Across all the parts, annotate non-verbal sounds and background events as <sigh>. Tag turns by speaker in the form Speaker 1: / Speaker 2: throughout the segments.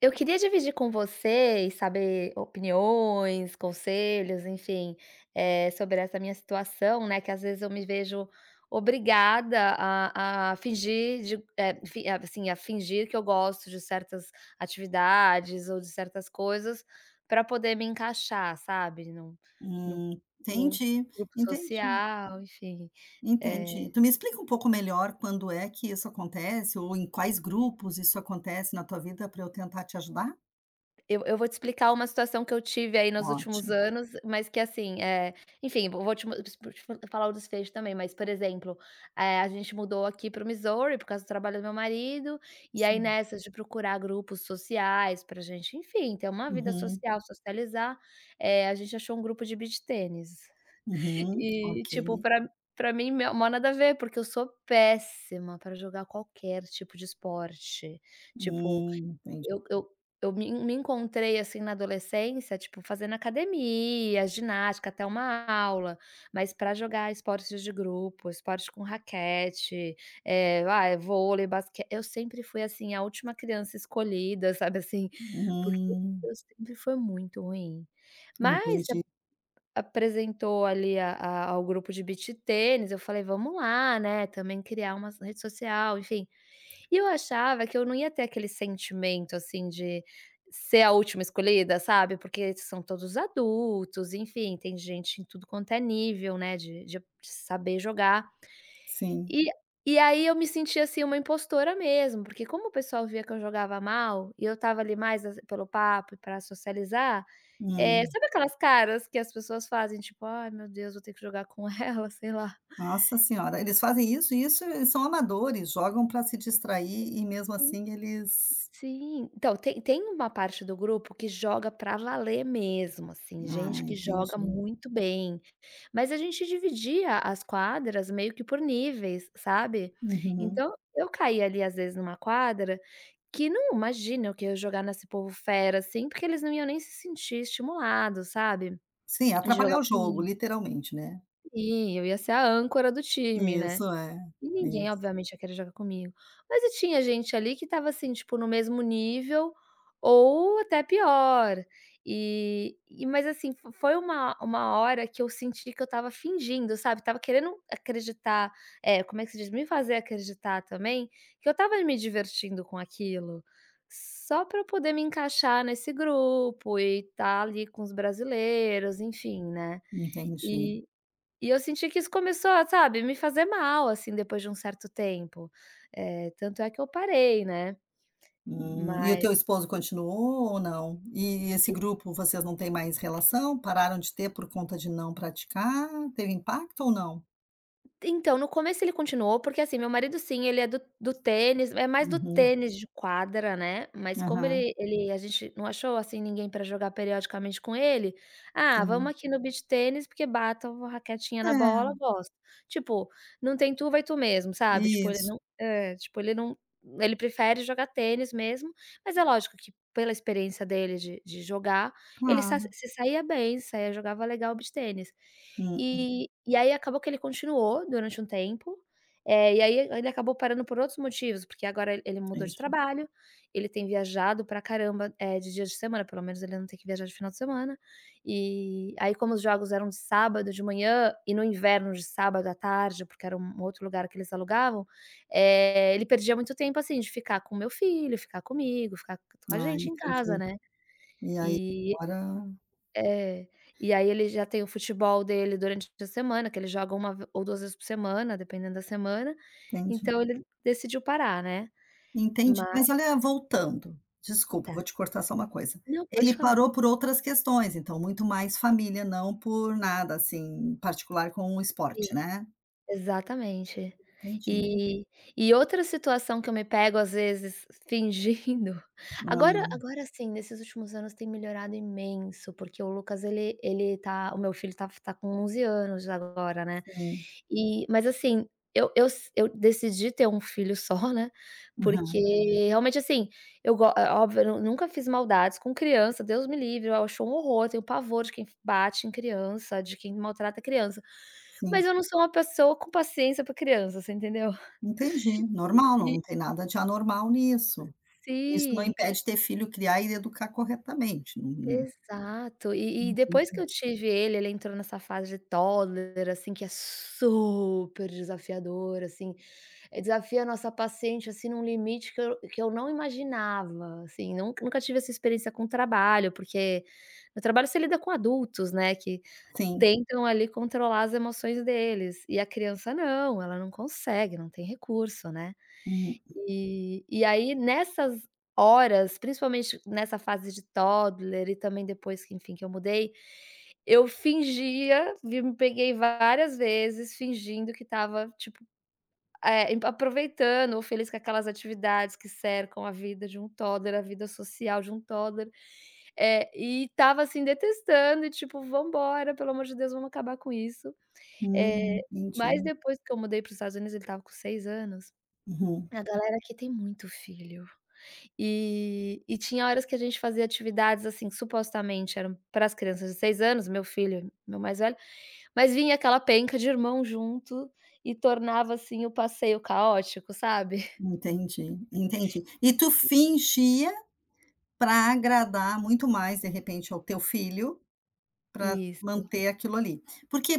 Speaker 1: Eu queria dividir com vocês saber opiniões, conselhos, enfim, sobre essa minha situação, né, que às vezes eu me vejo obrigada a fingir de a fingir que eu gosto de certas atividades ou de certas coisas para poder me encaixar, sabe, num
Speaker 2: Hum,
Speaker 1: num
Speaker 2: entendi,
Speaker 1: grupo
Speaker 2: entendi,
Speaker 1: social, enfim. eh
Speaker 2: entendi. Tu me explica um pouco melhor quando é que isso acontece ou em quais grupos isso acontece na tua vida para eu tentar te ajudar?
Speaker 1: Eu eu vou te explicar uma situação que eu tive aí nos últimos
Speaker 2: Ótimo,
Speaker 1: anos, mas que assim, enfim, vou te falar o desfecho também, mas, por exemplo, a gente mudou aqui para o Missouri por causa do trabalho do meu marido, e aí
Speaker 2: sim.
Speaker 1: nessas de procurar grupos sociais pra gente, enfim, ter uma vida
Speaker 2: Uhum,
Speaker 1: social, socializar, a gente achou um grupo de beach tênis. <laughs>
Speaker 2: uhum,
Speaker 1: E
Speaker 2: ok.
Speaker 1: tipo, para mim meu mó nada a ver, porque eu sou péssima para jogar qualquer tipo de esporte, tipo
Speaker 2: Entendi.
Speaker 1: eu eu eu me encontrei, assim, na adolescência, tipo, fazendo academia, ginástica, até uma aula, mas para jogar esportes de grupo, esporte com raquete, vôlei, basque eu sempre fui, assim, a última criança escolhida, <laughs> sabe, assim, porque
Speaker 2: Hum,
Speaker 1: eu sempre fui muito ruim. Mas
Speaker 2: entendi,
Speaker 1: apresentou ali a ao grupo de beach tênis, eu falei: "Vamos lá, né, também criar uma rede social", enfim. E eu achava que eu não ia ter aquele sentimento, assim, de ser a última escolhida, sabe, porque são todos adultos, enfim, tem gente em tudo quanto é nível, né, de saber jogar.
Speaker 2: sim.
Speaker 1: E e aí eu me sentia assim, uma impostora mesmo, porque como o pessoal via que eu jogava mal, e eu estava ali mais as pelo papo e pra socializar, é
Speaker 2: Hum.
Speaker 1: sabe aquelas caras que as pessoas fazem, tipo: "Ai meu Deus, vou ter que jogar com <laughs> ela", sei lá.
Speaker 2: Nossa senhora, eles fazem isso e isso eles são amadores, jogam para se distrair e mesmo
Speaker 1: Sim.
Speaker 2: assim eles...
Speaker 1: Sim. Então, tem uma parte do grupo que joga pra valer mesmo, assim,
Speaker 2: Ah,
Speaker 1: gente que joga
Speaker 2: entendi.
Speaker 1: muito bem, mas a gente dividia as quadras meio que por níveis, sabe.
Speaker 2: Uhum.
Speaker 1: Então, eu caía ali, às vezes, numa quadra. Que não, imagina o que eu ia jogar nesse povo fera, assim, porque eles não iam nem se sentir estimulados, sabe,
Speaker 2: Sim,
Speaker 1: de jogar
Speaker 2: atrapalhar o jogo,
Speaker 1: comigo.
Speaker 2: literalmente, né?
Speaker 1: Sim, eu ia ser a âncora do time, né.
Speaker 2: Isso, é.
Speaker 1: E ninguém,
Speaker 2: Isso.
Speaker 1: obviamente, ia querer jogar comigo. Mas e tinha gente ali que estava, assim, tipo, no mesmo nível ou até pior. E mas, assim, fo foi uma hora que eu senti que eu estava fingindo, sabe, estava querendo acreditar, é como é que se diz? Me fazer acreditar também que eu estava me divertindo com aquilo, só para eu poder me encaixar nesse grupo e estar ali com os brasileiros, enfim, né.
Speaker 2: Entendi.
Speaker 1: E e eu senti que isso começou a, sabe, me fazer mal, assim, depois de um certo tempo. Eh, tanto é que eu parei, né.
Speaker 2: E o
Speaker 1: Mas
Speaker 2: teu esposo continuou ou não? E esse grupo, vocês não têm mais relação? Pararam de ter por conta de não praticar? Teve impacto ou não?
Speaker 1: então, no começo ele continuou, porque assim, meu marido sim, ele é do tênis, é mais do
Speaker 2: Uhum.
Speaker 1: tênis de quadra, né, mas como
Speaker 2: Aham.
Speaker 1: ele ele a gente não achou, assim, ninguém para jogar periodicamente com ele, "Ah, vamos
Speaker 2: Sim.
Speaker 1: aqui no beach tênis, porque bata uma raquetinha na bola,
Speaker 2: É,
Speaker 1: gosto". Tipo, não tem tu, vai tu mesmo, sabe, tipo, ele
Speaker 2: isso.
Speaker 1: não é, tipo, ele não ele prefere jogar tênis mesmo, mas é lógico que pela experiência dele de jogar, ele sa
Speaker 2: Claro.
Speaker 1: se saía bem, saía jogava legal beach tênis.
Speaker 2: Hum,
Speaker 1: E aí acabou que ele continuou durante um tempo, e aí ele acabou parando por outros motivos, porque agora ele mudou de
Speaker 2: entendi.
Speaker 1: trabalho, ele tem viajado pra caramba, de dias de semana, pelo menos ele não tem que viajar de final de semana. E aí como os jogos eram de sábado de manhã e no inverno de sábado à tarde, porque era um outro lugar que eles alugavam, ele perdia muito tempo, assim, de ficar com o meu filho, ficar comigo, ficar com a
Speaker 2: Ah,
Speaker 1: gente em casa,
Speaker 2: entendi.
Speaker 1: né.
Speaker 2: E aí
Speaker 1: E
Speaker 2: agora
Speaker 1: é, e aí ele já tem o futebol dele durante a semana, que ele joga uma ve ou 2 vezes por semana, dependendo da semana,
Speaker 2: entendi.
Speaker 1: então ele decidiu parar, né. Ma
Speaker 2: Entendi. Mas olha, voltando, desculpa,
Speaker 1: tá.
Speaker 2: vou te cortar só uma coisa.
Speaker 1: Não, pode
Speaker 2: Ele
Speaker 1: falar.
Speaker 2: parou por outras questões, então muito mais família, não por nada, assim, particular com o esporte, né?
Speaker 1: Exatamente.
Speaker 2: Entendi,
Speaker 1: E e outra situação que eu me pego, às vezes, fingindo <laughs> agora sim nesses últimos anos tem melhorado imenso, porque o Lucas ele ele tá o meu filho tá com 11 anos agora, né.
Speaker 2: sim.
Speaker 1: E mas assim, eu decidi ter um filho só, né, porque
Speaker 2: Aham,
Speaker 1: realmente, assim, eu go é óbvio, eu nu nunca fiz maldades com criança, Deus me livre, eu acho um horror, tenho pavor de quem bate em criança, de quem maltrata criança. Mas
Speaker 2: sim.
Speaker 1: eu não sou uma pessoa com paciência para criança, você entendeu?
Speaker 2: Entendi, normal,
Speaker 1: E
Speaker 2: não tem nada de anormal nisso. Isso não
Speaker 1: sim,
Speaker 2: impede ter filho, criar e educar corretamente, não
Speaker 1: exato. E depois que
Speaker 2: entendi.
Speaker 1: eu tive ele, ele entrou nessa fase de toddler, assim, que é super desafiador, assim. Eh, desafia a nossa paciente, assim, num limite que eu não imaginava, assim, nunca tive essa experiência com trabalho, porque no trabalho você lida com adultos, né, que
Speaker 2: Sim.
Speaker 1: tentam ali controlar as emoções deles, e a criança não, ela não consegue, não tem recurso, né.
Speaker 2: Hum,
Speaker 1: E aí nessas horas, principalmente nessa fase de toddler e também depois que, enfim, que eu mudei, eu fingia, vi me peguei várias vezes fingindo que estava, tipo é, em aproveitando ou feliz com aquelas atividades que cercam a vida de um toddler, a vida social de um toddler. Eh, e estava, assim, detestando e tipo: "Vambora, pelo amor de Deus, vamos acabar com isso". Eh, mas
Speaker 2: entendi.
Speaker 1: depois que eu mudei para os Estados Unidos, ele tava com 6 anos,
Speaker 2: Uhum,
Speaker 1: a galera aqui tem muito filho. E tinha horas que a gente fazia atividades, assim, que supostamente eram para as crianças de 6 anos, meu filho, meu mais velho, mas vinha aquela penca de irmão junto e tornava, assim, o passeio caótico, sabe?
Speaker 2: entendi, entendi. E tu fingia para agradar muito mais, de repente, ao teu filho, para
Speaker 1: Isso.
Speaker 2: manter aquilo ali.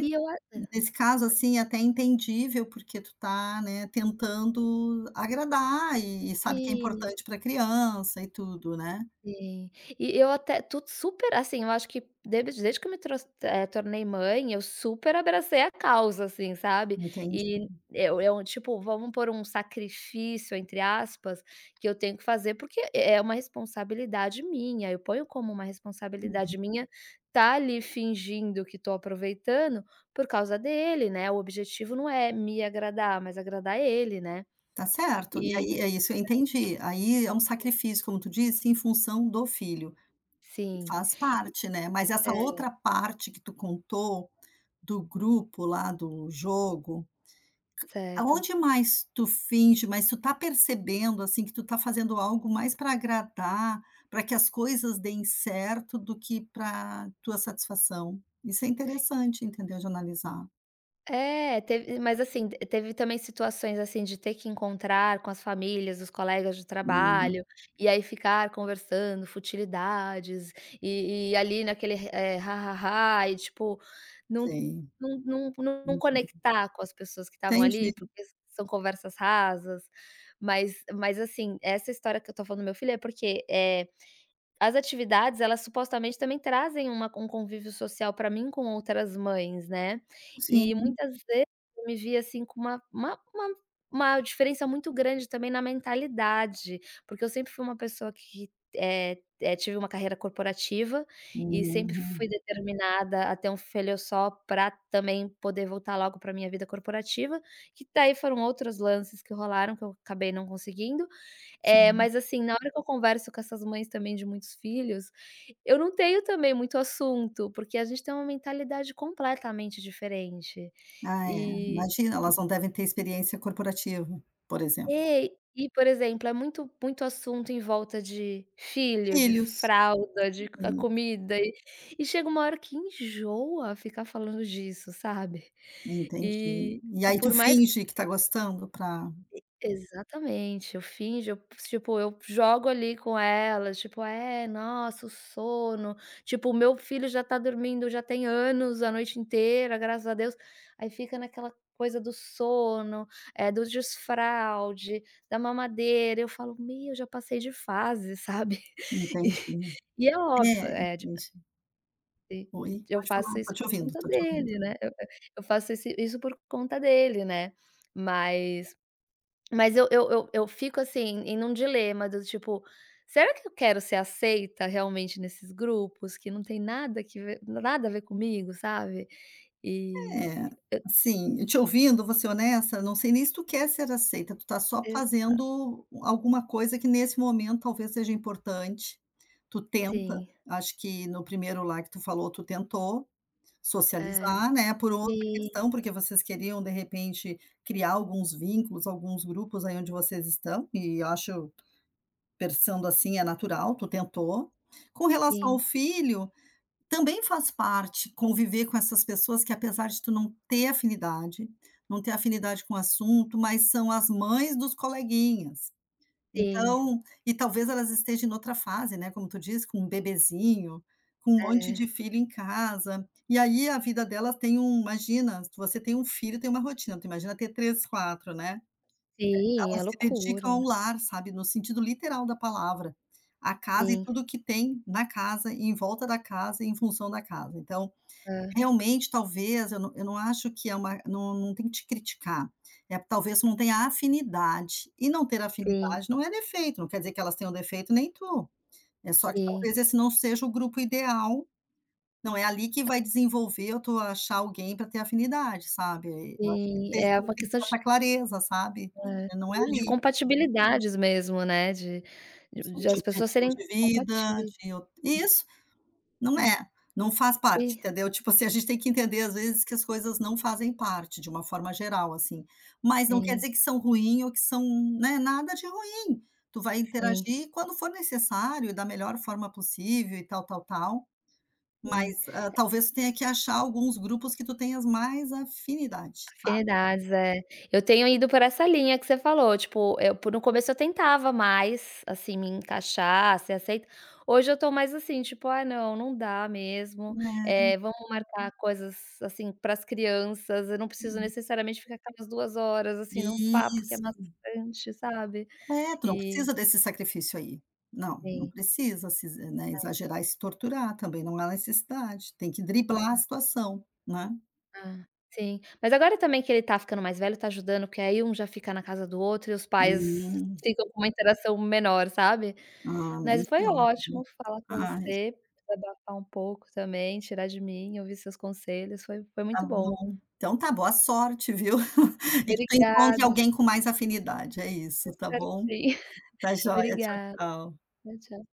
Speaker 1: E eu a
Speaker 2: nesse caso, assim, é até entendível, porque tu tá, né, tentando agradar e sabe que é
Speaker 1: hã.
Speaker 2: importante pra criança e tudo, né.
Speaker 1: Sim. E eu até tudo super assim, eu acho que desde que eu tornei mãe, eu super abracei a causa, assim, sabe.
Speaker 2: Entendi.
Speaker 1: E tipo, vamos pôr um "sacrifício", entre aspas, que eu tenho que fazer, porque é uma responsabilidade minha, eu ponho como uma responsabilidade minha tá ali fingindo que estou aproveitando por causa dele, né. O objetivo não é me agradar, mas agradar ele, né.
Speaker 2: Tá certo. E
Speaker 1: E
Speaker 2: aí é isso, eu entendi. Aí é um sacrifício, como tu disse, em função do filho.
Speaker 1: sim,
Speaker 2: Faz parte, né. Mas essa
Speaker 1: é,
Speaker 2: outra parte que tu contou do grupo lá do jogo.
Speaker 1: certo.
Speaker 2: Aonde mais tu finge, mas tu tá percebendo, assim, que tu tá fazendo algo mais para agradar, para que as coisas deem certo, do que para tua satisfação. Isso é interessante, entendeu, de analisar.
Speaker 1: É, teve mas assim, teve também situações, assim, de ter que encontrar com as famílias os colegas de
Speaker 2: Hum,
Speaker 1: trabalho, e aí ficar conversando futilidades, e e ali naquele, "ha-ha-ha", e tipo, não
Speaker 2: sei,
Speaker 1: não não não
Speaker 2: entendi.
Speaker 1: conectar com as pessoas que estavam ali,
Speaker 2: Entendi,
Speaker 1: porque são conversas rasas, mas assim, essa história que eu tô falando do meu filho é porque, as atividades, elas supostamente também trazem uma um convívio social pra mim com outras mães, né. E
Speaker 2: sim.
Speaker 1: muitas vezes eu me vi, assim, com uma uma diferença muito grande também na mentalidade, porque eu sempre fui uma pessoa que, tive uma carreira corporativa e sempre
Speaker 2: Uhum,
Speaker 1: fui determinada a ter um filho só pra também poder voltar logo pra minha vida corporativa, que daí foram outros lances que rolaram que eu acabei não conseguindo. É,
Speaker 2: sim.
Speaker 1: mas assim, na hora que eu converso com essas mães também de muitos filhos, eu não tenho também muito assunto, porque a gente tem uma mentalidade completamente diferente.
Speaker 2: Ah, é,
Speaker 1: E
Speaker 2: imagina, elas não devem ter experiência corporativa, por exemplo.
Speaker 1: é, e por exemplo, é muito muito assunto em volta de filho, de
Speaker 2: Filhos.
Speaker 1: fralda, de a
Speaker 2: Isso,
Speaker 1: comida e chega uma hora que enjoa ficar falando disso, sabe.
Speaker 2: entendi. E
Speaker 1: E
Speaker 2: aí tu
Speaker 1: por mais
Speaker 2: finge que tá gostando para,
Speaker 1: exatamente, eu finjo, eu tipo, eu jogo ali com ela, tipo: "É, nossa, o sono", tipo, o meu filho já tá dormindo já tem anos, a noite inteira, graças a Deus, aí fica naquela coisa do sono, é do desfralde, da mamadeira, eu falo: "Meu, já passei de fase", sabe. <laughs> E
Speaker 2: entendi.
Speaker 1: e é óbvio,
Speaker 2: É,
Speaker 1: é, de
Speaker 2: entendi.
Speaker 1: e
Speaker 2: Oi,
Speaker 1: e eu
Speaker 2: pode falar,
Speaker 1: faço isso
Speaker 2: estou te
Speaker 1: por
Speaker 2: ouvindo,
Speaker 1: conta
Speaker 2: estou te ouvindo.
Speaker 1: dele, né, eu faço esse isso por conta dele, né, mas mas eu fico, assim, em um dilema do tipo: "Será que eu quero ser aceita realmente nesses grupos que não tem nada que ver nada a ver comigo", sabe? E
Speaker 2: É, assim, te ouvindo, vou ser honesta, não sei nem se tu quer ser aceita, tu tá só
Speaker 1: e
Speaker 2: fazendo alguma coisa que nesse momento talvez seja importante, tu tenta,
Speaker 1: sim,
Speaker 2: acho que no primeiro lá que tu falou, tu tentou
Speaker 1: é.
Speaker 2: socializar, né, por outra
Speaker 1: Sim,
Speaker 2: questão, porque vocês queriam de repente criar alguns vínculos, alguns grupos aí onde vocês estão, e eu acho, pensando assim, é natural, tu tentou. Com relação
Speaker 1: sim,
Speaker 2: ao filho, também faz parte conviver com essas pessoas que apesar de tu não ter afinidade, não ter afinidade com o assunto, mas são as mães dos coleguinhas.
Speaker 1: sim,
Speaker 2: Então e talvez elas estejam em outra fase, né, como tu disse, com um bebezinho, com um monte
Speaker 1: é.
Speaker 2: de filho em casa, e aí a vida delas tem um... imagina, se você tem um filho, tem uma rotina, tu imagina ter 3, 4, né.
Speaker 1: Sim, é
Speaker 2: Elas se
Speaker 1: loucura.
Speaker 2: dedicam ao lar, sabe, no sentido literal da palavra, a casa e
Speaker 1: Sim,
Speaker 2: tudo o que tem na casa e em volta da casa e em função da casa. Então,
Speaker 1: é.
Speaker 2: realmente, talvez, eu não acho que é uma... não tem que te criticar, é talvez não tenha afinidade, e não ter
Speaker 1: Sim,
Speaker 2: afinidade não é defeito, não quer dizer que elas tenham defeito nem tu, é só que talvez
Speaker 1: sim,
Speaker 2: esse não seja o grupo ideal, não é ali que vai desenvolver ou tu achar alguém para ter afinidade, sabe. Eu acho que
Speaker 1: sim.
Speaker 2: tem
Speaker 1: É
Speaker 2: tem
Speaker 1: uma
Speaker 2: que ter
Speaker 1: questão de
Speaker 2: essa clareza, sabe,
Speaker 1: é,
Speaker 2: que não é
Speaker 1: de
Speaker 2: ali.
Speaker 1: compatibilidades mesmo, né, de de
Speaker 2: Sim,
Speaker 1: de
Speaker 2: de
Speaker 1: as pessoas
Speaker 2: objetivo
Speaker 1: serem
Speaker 2: de vida,
Speaker 1: compatíveis.
Speaker 2: de o isso. Não
Speaker 1: Sim,
Speaker 2: é, não faz parte,
Speaker 1: sim,
Speaker 2: entendeu? Tipo assim, a gente tem que entender às vezes que as coisas não fazem parte de uma forma geral, assim, mas não quer dizer
Speaker 1: sim,
Speaker 2: que são ruim ou que são, né, nada de ruim. Tu vai
Speaker 1: sim,
Speaker 2: interagir quando for necessário da melhor forma possível e tal, tal, tal, mas,
Speaker 1: sim.
Speaker 2: talvez tu tenha que achar alguns grupos que tu tenhas mais afinidade, sabe?
Speaker 1: Afinidades, é. Eu tenho ido por essa linha que você falou, tipo, eu por no começo eu tentava mais, assim, me encaixar, ser aceita. Hoje eu tô mais assim, tipo: "Ah, não, não dá mesmo, eh, vamos marcar coisas, assim, para as crianças, eu não preciso necessariamente ficar aquelas 2 horas, assim, num papo que é
Speaker 2: Isso.
Speaker 1: maçante", sabe.
Speaker 2: É, tu não
Speaker 1: E
Speaker 2: precisa desse sacrifício aí. Não, não
Speaker 1: sim.
Speaker 2: precisa se exa né, exagerar e se torturar, também não há necessidade, tem que driblar a situação, né.
Speaker 1: Aham. Sim. Mas agora também que ele tá ficando mais velho, tá ajudando, porque aí um já fica na casa do outro e os pais
Speaker 2: Hum,
Speaker 1: ficam com uma interação menor, sabe.
Speaker 2: ah, menos
Speaker 1: Mas foi
Speaker 2: pior, né.
Speaker 1: ótimo falar com
Speaker 2: Ai,
Speaker 1: você, desabafar um pouco também, tirar de mim, ouvir seus conselhos, foi foi
Speaker 2: tá
Speaker 1: muito bom.
Speaker 2: bom. Então tá, boa sorte, viu. <laughs> E que tu encontre
Speaker 1: Obrigada,
Speaker 2: alguém com mais afinidade, é isso, tá
Speaker 1: espero
Speaker 2: bom?
Speaker 1: que sim.
Speaker 2: Tá
Speaker 1: <laughs>
Speaker 2: joia, tchau,
Speaker 1: Obrigada,
Speaker 2: tchau.
Speaker 1: tchau,